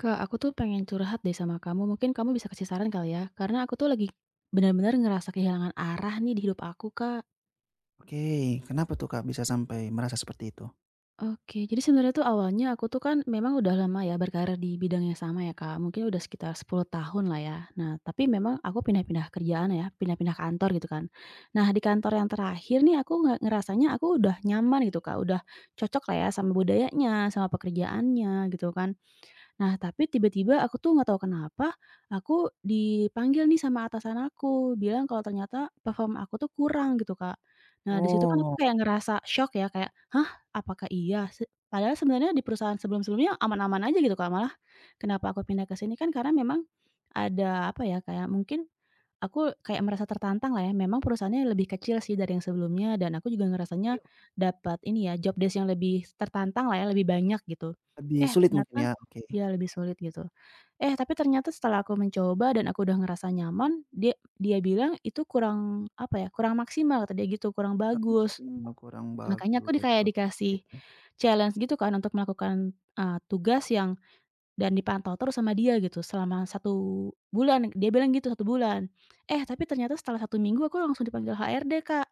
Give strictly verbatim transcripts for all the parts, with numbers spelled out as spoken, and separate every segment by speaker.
Speaker 1: Kak, aku tuh pengen curhat deh sama kamu. Mungkin kamu bisa kasih saran kali ya? Karena aku tuh lagi benar-benar ngerasa kehilangan arah nih di hidup aku, Kak.
Speaker 2: Oke, kenapa tuh, Kak, bisa sampai merasa seperti itu?
Speaker 1: Oke, jadi sebenarnya tuh awalnya aku tuh kan memang udah lama ya berkarir di bidang yang sama ya, Kak. Mungkin udah sekitar sepuluh tahun lah ya. Nah, tapi memang aku pindah-pindah kerjaan ya, pindah-pindah kantor gitu kan. Nah, di kantor yang terakhir nih aku nggak ngerasanya aku udah nyaman gitu, Kak. Udah cocok lah ya sama budayanya, sama pekerjaannya gitu kan. Nah, tapi tiba-tiba aku tuh nggak tahu kenapa, aku dipanggil nih sama atasan aku, bilang kalau ternyata performa aku tuh kurang gitu, Kak. Nah, di situ kan aku
Speaker 2: Oh,
Speaker 1: kayak ngerasa shock ya, kayak, "Hah, apakah iya?" Se padahal sebenarnya di perusahaan sebelum-sebelumnya aman-aman aja gitu, Kak, malah kenapa aku pindah ke sini kan karena memang ada, apa ya, kayak mungkin aku kayak merasa tertantang lah ya, memang perusahaannya lebih kecil sih dari yang sebelumnya dan aku juga ngerasanya
Speaker 2: iya.
Speaker 1: dapat ini ya, job desk yang lebih tertantang lah ya, lebih banyak gitu.
Speaker 2: Lebih
Speaker 1: Eh,
Speaker 2: sulit mungkin
Speaker 1: ternyata
Speaker 2: ya? Oke,
Speaker 1: ya lebih sulit gitu. Eh, tapi ternyata setelah aku mencoba dan aku udah ngerasa nyaman, dia dia bilang itu kurang, apa ya, kurang maksimal kata dia gitu, kurang
Speaker 2: kurang
Speaker 1: bagus.
Speaker 2: maksimal, mhm, kurang
Speaker 1: Makanya aku di
Speaker 2: bagus,
Speaker 1: kayak
Speaker 2: oke.
Speaker 1: dikasih challenge gitu kan untuk melakukan, eee, tugas yang dan dipantau terus sama dia gitu selama satu bulan, dia bilang gitu satu bulan. Eh, tapi ternyata setelah satu minggu aku langsung dipanggil H R D, Kak,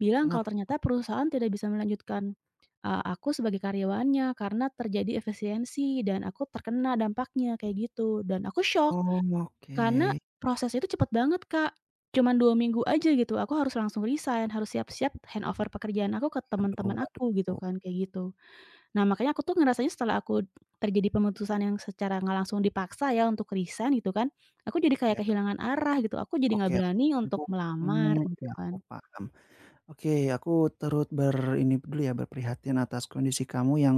Speaker 1: bilang kalau
Speaker 2: Kenapa?
Speaker 1: ternyata perusahaan tidak bisa melanjutkan, eee, aku sebagai karyawannya karena terjadi efisiensi dan aku terkena dampaknya kayak gitu. Dan aku shock
Speaker 2: Oh, oke.
Speaker 1: karena proses itu cepet banget, Kak, cuman dua minggu aja gitu, aku harus langsung resign, harus siap-siap handover pekerjaan aku ke
Speaker 2: Aduh
Speaker 1: teman-teman aku gitu
Speaker 2: waduh.
Speaker 1: kan, kayak gitu. Nah, makanya aku tuh ngerasanya setelah aku terjadi pemutusan yang secara nggak langsung dipaksa ya untuk resign gitu kan, aku jadi kayak
Speaker 2: Ya,
Speaker 1: kehilangan arah gitu, aku jadi nggak
Speaker 2: oke.
Speaker 1: berani untuk
Speaker 2: Aku
Speaker 1: melamar
Speaker 2: mmm,
Speaker 1: gitu
Speaker 2: ya aku
Speaker 1: kan.
Speaker 2: paham. Oke, aku turut ber ini dulu ya, berprihatin atas kondisi kamu yang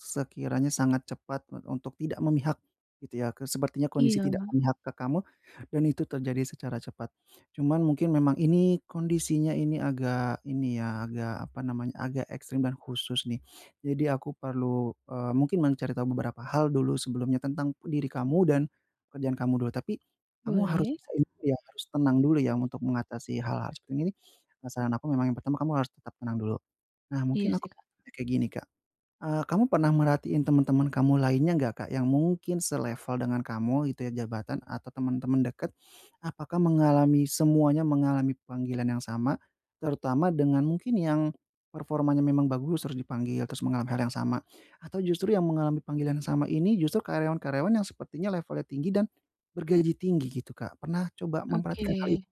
Speaker 2: sekiranya sangat cepat e untuk tidak memihak gitu ya, ke sepertinya kondisi tidak
Speaker 1: Iya,
Speaker 2: memihak ke kamu dan itu terjadi secara cepat. Cuman mungkin memang ini kondisinya ini agak ini ya, agak apa namanya, agak ekstrim dan khusus nih. Jadi aku perlu, eee, mungkin mencari tahu beberapa hal dulu sebelumnya tentang diri kamu dan kerjaan kamu dulu. Tapi kamu harus
Speaker 1: boleh.
Speaker 2: bisa ini dulu ya, harus tenang dulu ya untuk mengatasi hal-hal seperti ini. Nah, saran aku memang yang pertama kamu harus tetap tenang dulu. Nah,
Speaker 1: Iya
Speaker 2: mungkin aku
Speaker 1: sih, Kak.
Speaker 2: kayak gini, Kak, eee, kamu pernah merhatiin teman-teman kamu lainnya nggak, Kak, yang mungkin selevel dengan kamu gitu ya jabatan atau teman-teman dekat, apakah mengalami semuanya mengalami panggilan yang sama? Terutama dengan mungkin yang performanya memang bagus terus dipanggil, terus mengalami hal yang sama, atau justru yang mengalami panggilan yang sama ini justru karyawan-karyawan yang sepertinya levelnya tinggi dan bergaji tinggi gitu, Kak? Pernah coba
Speaker 1: Oke.
Speaker 2: memperhatikan hal itu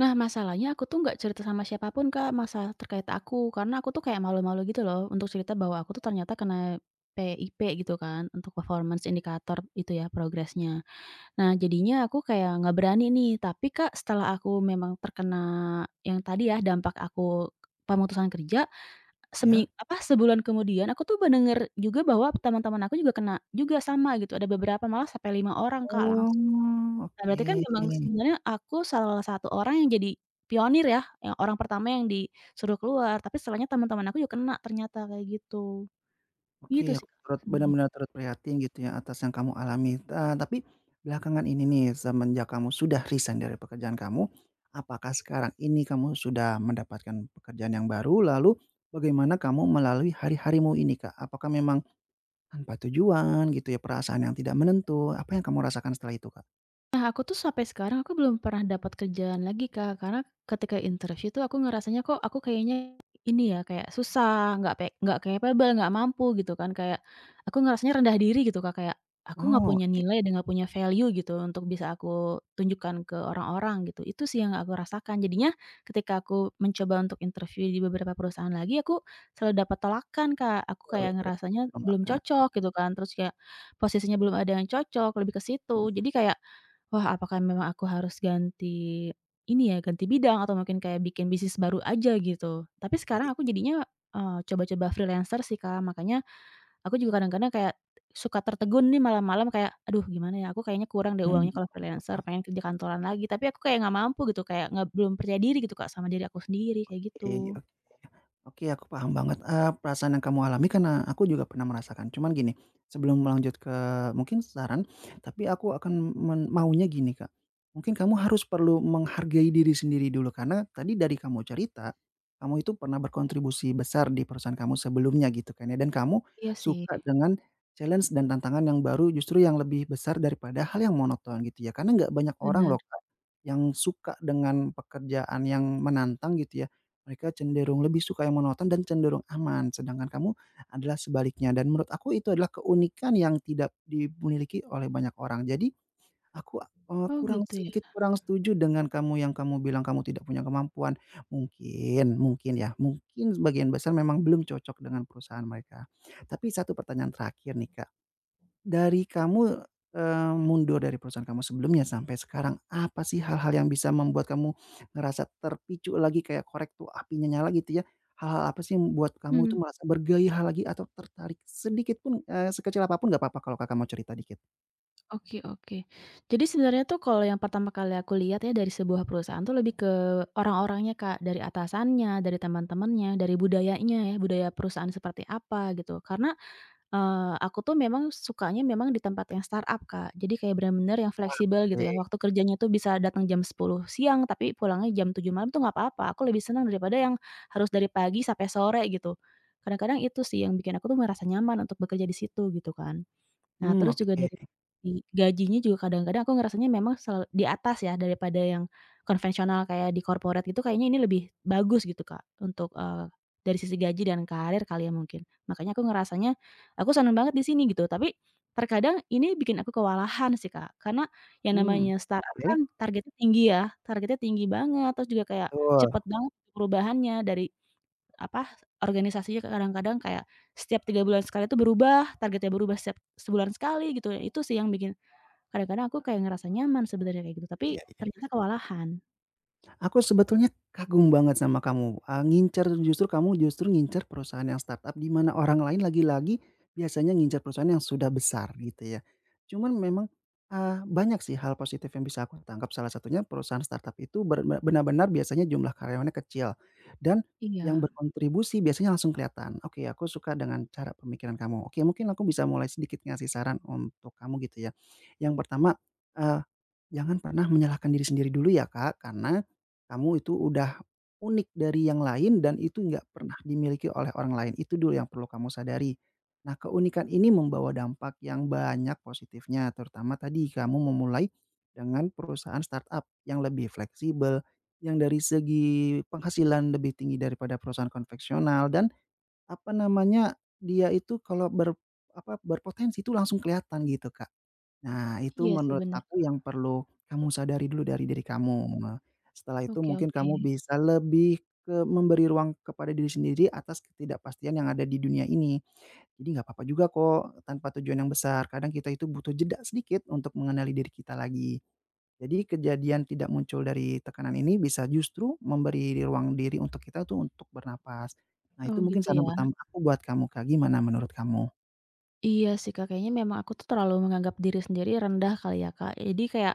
Speaker 1: Nah, masalahnya aku tuh nggak cerita sama siapapun Kak, masalah terkait aku, karena aku tuh kayak malu-malu gitu loh untuk cerita bahwa aku tuh ternyata kena P I P gitu kan, untuk performance indikator itu ya, progresnya. Nah, jadinya aku kayak nggak berani nih, tapi Kak, setelah aku memang terkena yang tadi ya, dampak aku pemutusan kerja, semi
Speaker 2: ya?
Speaker 1: apa, sebulan kemudian aku tuh mendengar juga bahwa teman-teman aku juga kena juga sama gitu, ada beberapa malah sampai lima orang Kak, langsung.
Speaker 2: Oh,
Speaker 1: Nah,
Speaker 2: oke.
Speaker 1: berarti kan memang sebenarnya aku salah satu orang yang jadi pionir ya, yang orang pertama yang disuruh keluar, tapi setelahnya teman-teman aku juga kena ternyata kayak gitu. Gitu
Speaker 2: Oke,
Speaker 1: sih
Speaker 2: aku
Speaker 1: Kak.
Speaker 2: turut benar-benar turut prihatin gitu ya atas yang kamu alami, eee, tapi belakangan ini nih semenjak kamu sudah resign dari pekerjaan kamu, apakah sekarang ini kamu sudah mendapatkan pekerjaan yang baru? Lalu bagaimana kamu melalui hari-harimu ini, Kak? Apakah memang tanpa tujuan gitu ya, perasaan yang tidak menentu, apa yang kamu rasakan setelah itu, Kak?
Speaker 1: Nah, aku tuh sampai sekarang aku belum pernah dapat kerjaan lagi, Kak. Karena ketika interview tuh aku ngerasanya kok aku kayaknya ini ya, kayak susah, nggak pe nggak capable, nggak mampu gitu kan. Kayak aku ngerasanya rendah diri gitu, Kak, kayak aku nggak
Speaker 2: Oh,
Speaker 1: punya
Speaker 2: oke,
Speaker 1: nilai dan nggak punya value gitu untuk bisa aku tunjukkan ke orang-orang gitu. Itu sih yang aku rasakan. Jadinya ketika aku mencoba untuk interview di beberapa perusahaan lagi, aku selalu dapat tolakan, Kak. Aku
Speaker 2: selalu
Speaker 1: kayak
Speaker 2: ada
Speaker 1: ngerasanya belum
Speaker 2: penolakan,
Speaker 1: cocok gitu kan. Terus kayak posisinya belum ada yang cocok, lebih ke situ. Jadi kayak wah, apakah memang aku harus ganti ini ya, ganti bidang atau mungkin kayak bikin bisnis baru aja gitu. Tapi sekarang
Speaker 2: oke,
Speaker 1: aku jadinya, eee, coba-coba freelancer sih, Kak. Makanya aku juga kadang-kadang kayak suka tertegun nih malam-malam kayak, "Aduh gimana ya, aku kayaknya kurang deh uangnya
Speaker 2: mmm,
Speaker 1: kalau freelancer, pengen kerja kantoran lagi." Tapi aku kayak nggak mampu gitu, kayak nggak belum percaya diri gitu, Kak, sama diri aku sendiri, kayak
Speaker 2: oke.
Speaker 1: gitu.
Speaker 2: Oke, aku paham banget, eee, perasaan yang kamu alami karena aku juga pernah merasakan. Cuman gini, sebelum melanjut ke mungkin saran, tapi aku akan men maunya gini, Kak, mungkin kamu harus perlu menghargai diri sendiri dulu karena tadi dari kamu cerita, kamu itu pernah berkontribusi besar di perusahaan kamu sebelumnya gitu kan ya, dan kamu
Speaker 1: Iya sih.
Speaker 2: suka dengan challenge dan tantangan yang baru justru yang lebih besar daripada hal yang monoton gitu ya. Karena nggak banyak orang
Speaker 1: Benar.
Speaker 2: loh, Kak, yang suka dengan pekerjaan yang menantang gitu ya. Mereka cenderung lebih suka yang monoton dan cenderung aman, sedangkan kamu adalah sebaliknya dan menurut aku itu adalah keunikan yang tidak dimiliki oleh banyak orang. Jadi aku, eee,
Speaker 1: Oh
Speaker 2: kurang
Speaker 1: gitu ya?
Speaker 2: sedikit kurang setuju dengan kamu yang kamu bilang kamu tidak punya kemampuan. Mungkin mungkin ya, mungkin sebagian besar memang belum cocok dengan perusahaan mereka. Tapi satu pertanyaan terakhir nih, Kak. Dari kamu, eee, mundur dari perusahaan kamu sebelumnya sampai sekarang, apa sih hal-hal yang bisa membuat kamu ngerasa terpicu lagi kayak korek tuh apinya nyala gitu ya? Hal-hal apa sih yang membuat kamu tuh
Speaker 1: Mhm.
Speaker 2: merasa bergairah lagi atau tertarik sedikit pun, eee, sekecil apapun nggak apa-apa kalau Kakak mau cerita dikit.
Speaker 1: Oke, oke. Jadi sebenarnya tuh kalau yang pertama kali aku lihat ya dari sebuah perusahaan tuh lebih ke orang-orangnya Kak, dari atasannya, dari teman-temannya, dari budayanya ya, budaya perusahaan seperti apa gitu. Karena, eee, aku tuh memang sukanya memang di tempat yang startup Kak, jadi kayak benar-benar yang fleksibel gitu ya,
Speaker 2: Oke.
Speaker 1: waktu kerjanya tuh bisa datang jam sepuluh siang tapi pulangnya jam tujuh malam tuh nggak apa-apa, aku lebih senang daripada yang harus dari pagi sampai sore gitu. Kadang-kadang itu sih yang bikin aku tuh merasa nyaman untuk bekerja di situ gitu kan. Nah,
Speaker 2: Mmm,
Speaker 1: terus juga
Speaker 2: oke,
Speaker 1: dari segi gajinya juga kadang-kadang aku ngerasanya memang sel di atas ya, daripada yang konvensional kayak di corporate gitu, kayaknya ini lebih bagus gitu, Kak, untuk, eee, dari sisi gaji dan karir kali ya mungkin. Makanya aku ngerasanya, aku seneng banget di sini gitu, tapi terkadang ini bikin aku kewalahan sih, Kak. Karena yang
Speaker 2: mmm,
Speaker 1: namanya startup
Speaker 2: boleh?
Speaker 1: kan targetnya tinggi ya, targetnya tinggi banget, terus juga kayak
Speaker 2: Betul.
Speaker 1: cepet banget perubahannya dari apa, organisasinya kadang-kadang kayak setiap tiga bulan sekali itu berubah, targetnya berubah setiap sebulan sekali gitu ya, itu sih yang bikin kadang-kadang aku kayak ngerasa nyaman sebenarnya kayak gitu, tapi
Speaker 2: Iya, iya.
Speaker 1: ternyata kewalahan.
Speaker 2: Aku sebetulnya kagum banget sama kamu, eee, ngincer justru kamu justru ngincer perusahaan yang startup di mana orang lain lagi-lagi biasanya ngincer perusahaan yang sudah besar gitu ya. Cuman memang, eee, banyak sih hal positif yang bisa aku tangkap salah satunya perusahaan startup itu ber benar-benar biasanya jumlah karyawannya kecil dan yang
Speaker 1: Iya,
Speaker 2: berkontribusi biasanya langsung kelihatan. Oke, aku suka dengan cara pemikiran kamu. Oke, mungkin aku bisa mulai sedikit ngasih saran untuk kamu gitu ya. Yang pertama, eee, jangan pernah menyalahkan diri sendiri dulu ya Kak, karena kamu itu udah unik dari yang lain dan itu nggak pernah dimiliki oleh orang lain, itu dulu yang perlu kamu sadari. Nah, keunikan ini membawa dampak yang banyak positifnya, terutama tadi kamu memulai dengan perusahaan startup yang lebih fleksibel, yang dari segi penghasilan lebih tinggi daripada perusahaan konvensional dan, apa namanya, dia itu kalau ber apa, berpotensi itu langsung kelihatan gitu, Kak. Nah, itu
Speaker 1: iya sih
Speaker 2: menurut
Speaker 1: bener.
Speaker 2: aku yang perlu kamu sadari dulu dari diri kamu. Nah, setelah itu
Speaker 1: Oke,
Speaker 2: mungkin
Speaker 1: oke.
Speaker 2: kamu bisa lebih ke memberi ruang kepada diri sendiri atas ketidakpastian yang ada di dunia ini. Jadi nggak apa-apa juga kok tanpa tujuan yang besar. Kadang kita itu butuh jeda sedikit untuk mengenali diri kita lagi. Jadi kejadian tidak muncul dari tekanan ini bisa justru memberi ruang diri untuk kita tuh untuk bernapas. Nah,
Speaker 1: Oh
Speaker 2: itu mungkin
Speaker 1: gitu
Speaker 2: saran
Speaker 1: ya.
Speaker 2: pertama aku buat kamu, Kak. Gimana menurut kamu?
Speaker 1: Iya sih Kak, kayaknya memang aku tuh terlalu menganggap diri sendiri rendah kali ya Kak, jadi kayak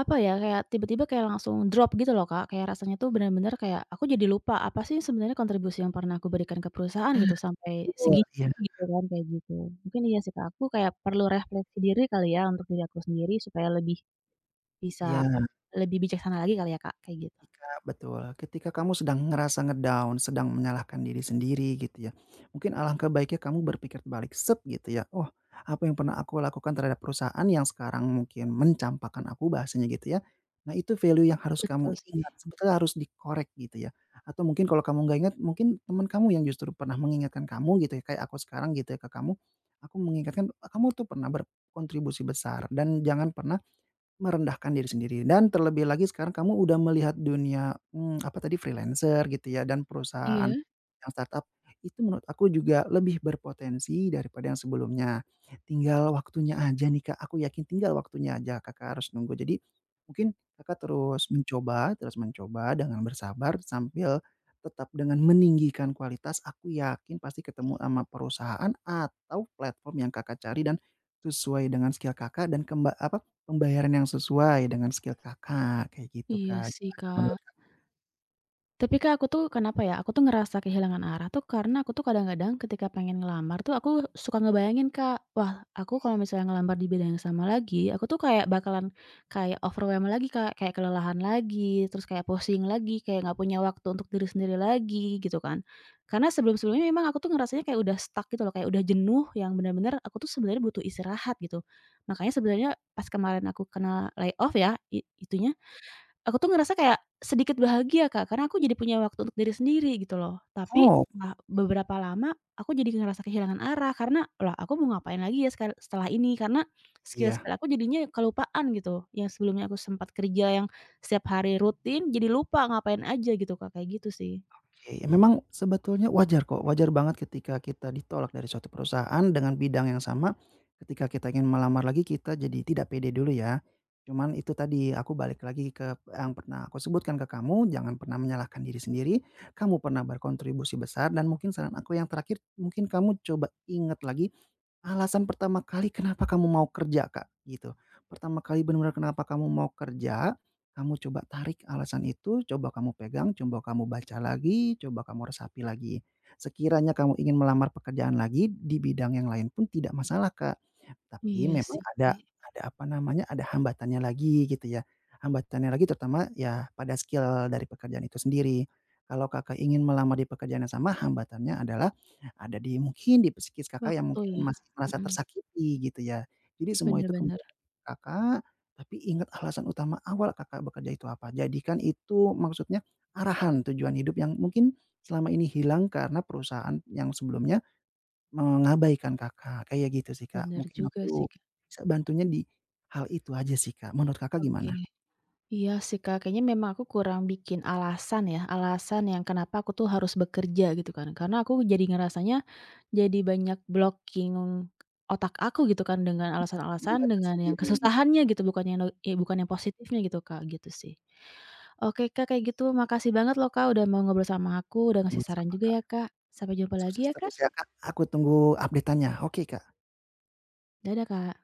Speaker 1: apa ya, kayak tiba-tiba kayak langsung drop gitu loh, Kak. Kayak rasanya tuh bener-bener kayak aku jadi lupa apa sih sebenarnya kontribusi yang pernah aku berikan ke perusahaan gitu sampai
Speaker 2: Betul,
Speaker 1: segini
Speaker 2: iya,
Speaker 1: gitu kan, kayak gitu. Mungkin iya sih, Kak, aku kayak perlu refleksi diri kali ya untuk diri aku sendiri supaya lebih bisa
Speaker 2: iya.
Speaker 1: lebih bijaksana lagi kali ya, Kak, kayak gitu.
Speaker 2: Ketika betul, ketika kamu sedang ngerasa nge sedang menyalahkan diri sendiri gitu ya, mungkin alangkah baiknya kamu berpikir balik set gitu ya, "Oh, apa yang pernah aku lakukan terhadap perusahaan yang sekarang mungkin mencampakkan aku," bahasanya gitu ya. Nah, itu value yang harus kamu
Speaker 1: Betul sih.
Speaker 2: ingat, sebetulnya harus dikorek gitu ya. Atau mungkin kalau kamu nggak ingat, mungkin teman kamu yang justru pernah mengingatkan kamu gitu ya, kayak aku sekarang gitu ya ke kamu, aku mengingatkan, "Kamu tuh pernah berkontribusi besar dan jangan pernah merendahkan diri sendiri," dan terlebih lagi sekarang kamu udah melihat dunia, mmm, apa tadi freelancer gitu ya dan perusahaan
Speaker 1: Iya,
Speaker 2: yang startup, itu menurut aku juga lebih berpotensi daripada yang sebelumnya. Tinggal waktunya aja nih, Kak, aku yakin tinggal waktunya aja Kakak harus nunggu. Jadi mungkin Kakak terus mencoba terus mencoba dengan bersabar sambil tetap dengan meninggikan kualitas, aku yakin pasti ketemu sama perusahaan atau platform yang Kakak cari dan sesuai dengan skill Kakak dan kemba apa pembayaran yang sesuai dengan skill Kakak, kayak gitu,
Speaker 1: iya
Speaker 2: Kak.
Speaker 1: sih,
Speaker 2: Gimana menurut
Speaker 1: Kak. Tapi Kak, aku tuh kenapa ya, aku tuh ngerasa kehilangan arah tuh karena aku tuh kadang-kadang ketika pengen ngelamar tuh aku suka ngebayangin Kak, wah aku kalau misalnya ngelamar di bidang yang sama lagi, aku tuh kayak bakalan kayak overwhelmed lagi Kak, kayak kelelahan lagi, terus kayak pusing lagi, kayak nggak punya waktu untuk diri sendiri lagi gitu kan. Karena sebelum-sebelumnya memang aku tuh ngerasanya kayak udah stuck gitu loh, kayak udah jenuh yang benar-benar aku tuh sebenarnya butuh istirahat gitu. Makanya sebenarnya pas kemarin aku kena layoff ya, i- itunya aku tuh ngerasa kayak sedikit bahagia, Kak, karena aku jadi punya waktu untuk diri sendiri gitu loh. Tapi
Speaker 2: oh,
Speaker 1: setelah beberapa lama aku jadi ngerasa kehilangan arah karena, "Lah aku mau ngapain lagi ya sekal setelah ini?" Karena
Speaker 2: iya.
Speaker 1: skill-skill aku jadinya kelupaan gitu, yang sebelumnya aku sempat kerja yang setiap hari rutin jadi lupa ngapain aja gitu, Kak, kayak gitu sih.
Speaker 2: Oke, ya memang sebetulnya wajar kok, wajar banget ketika kita ditolak dari suatu perusahaan dengan bidang yang sama, ketika kita ingin melamar lagi kita jadi tidak pede dulu ya. Cuman itu tadi aku balik lagi ke yang pernah aku sebutkan ke kamu, jangan pernah menyalahkan diri sendiri, kamu pernah berkontribusi besar dan mungkin saran aku yang terakhir, mungkin kamu coba ingat lagi, alasan pertama kali kenapa kamu mau kerja Kak, gitu. Pertama kali benar-benar kenapa kamu mau kerja kamu coba tarik alasan itu, coba kamu pegang, coba kamu baca lagi, coba kamu resapi lagi. Sekiranya kamu ingin melamar pekerjaan lagi di bidang yang lain pun tidak masalah, Kak. Tapi
Speaker 1: Iya
Speaker 2: memang
Speaker 1: sih,
Speaker 2: mhm, ada ada apa namanya, ada hambatannya lagi gitu ya. Hambatannya lagi terutama ya pada skill dari pekerjaan itu sendiri. Kalau Kakak ingin melamar di pekerjaan yang sama hambatannya adalah ada di mungkin di psikis Kakak yang
Speaker 1: waktu
Speaker 2: mungkin
Speaker 1: ya.
Speaker 2: masih merasa
Speaker 1: Mhm.
Speaker 2: tersakiti gitu ya. Jadi semua
Speaker 1: Bener,
Speaker 2: itu
Speaker 1: bener,
Speaker 2: kembali ke Kakak tapi ingat alasan utama awal Kakak bekerja itu apa. Jadikan itu maksudnya arahan tujuan hidup yang mungkin selama ini hilang karena perusahaan yang sebelumnya mengabaikan Kakak, kayak gitu sih, Kak.
Speaker 1: bener
Speaker 2: Mungkin
Speaker 1: juga sih,
Speaker 2: aku
Speaker 1: Kak.
Speaker 2: bisa bantunya di hal itu aja sih, Kak. Menurut Kakak
Speaker 1: Oke.
Speaker 2: gimana?
Speaker 1: Iya sih, Kak, kayaknya memang aku kurang bikin alasan ya, alasan yang kenapa aku tuh harus bekerja gitu kan. Karena aku jadi ngerasanya jadi banyak blocking otak aku gitu kan dengan alasan-alasan,
Speaker 2: Membatasi
Speaker 1: dengan yang
Speaker 2: diri,
Speaker 1: kesusahannya gitu, bukan yang no eh, bukan yang positifnya gitu, Kak, gitu sih. Oke, Kak, kayak gitu makasih banget loh, Kak, udah mau ngobrol sama aku, udah ngasih saran
Speaker 2: sama-sama,
Speaker 1: juga
Speaker 2: Kak.
Speaker 1: ya, Kak. Sampai jumpa
Speaker 2: Sukses
Speaker 1: lagi ya, Kak.
Speaker 2: terus ya, Kak. Aku tunggu updateannya. Oke, Kak.
Speaker 1: Dadah, Kak.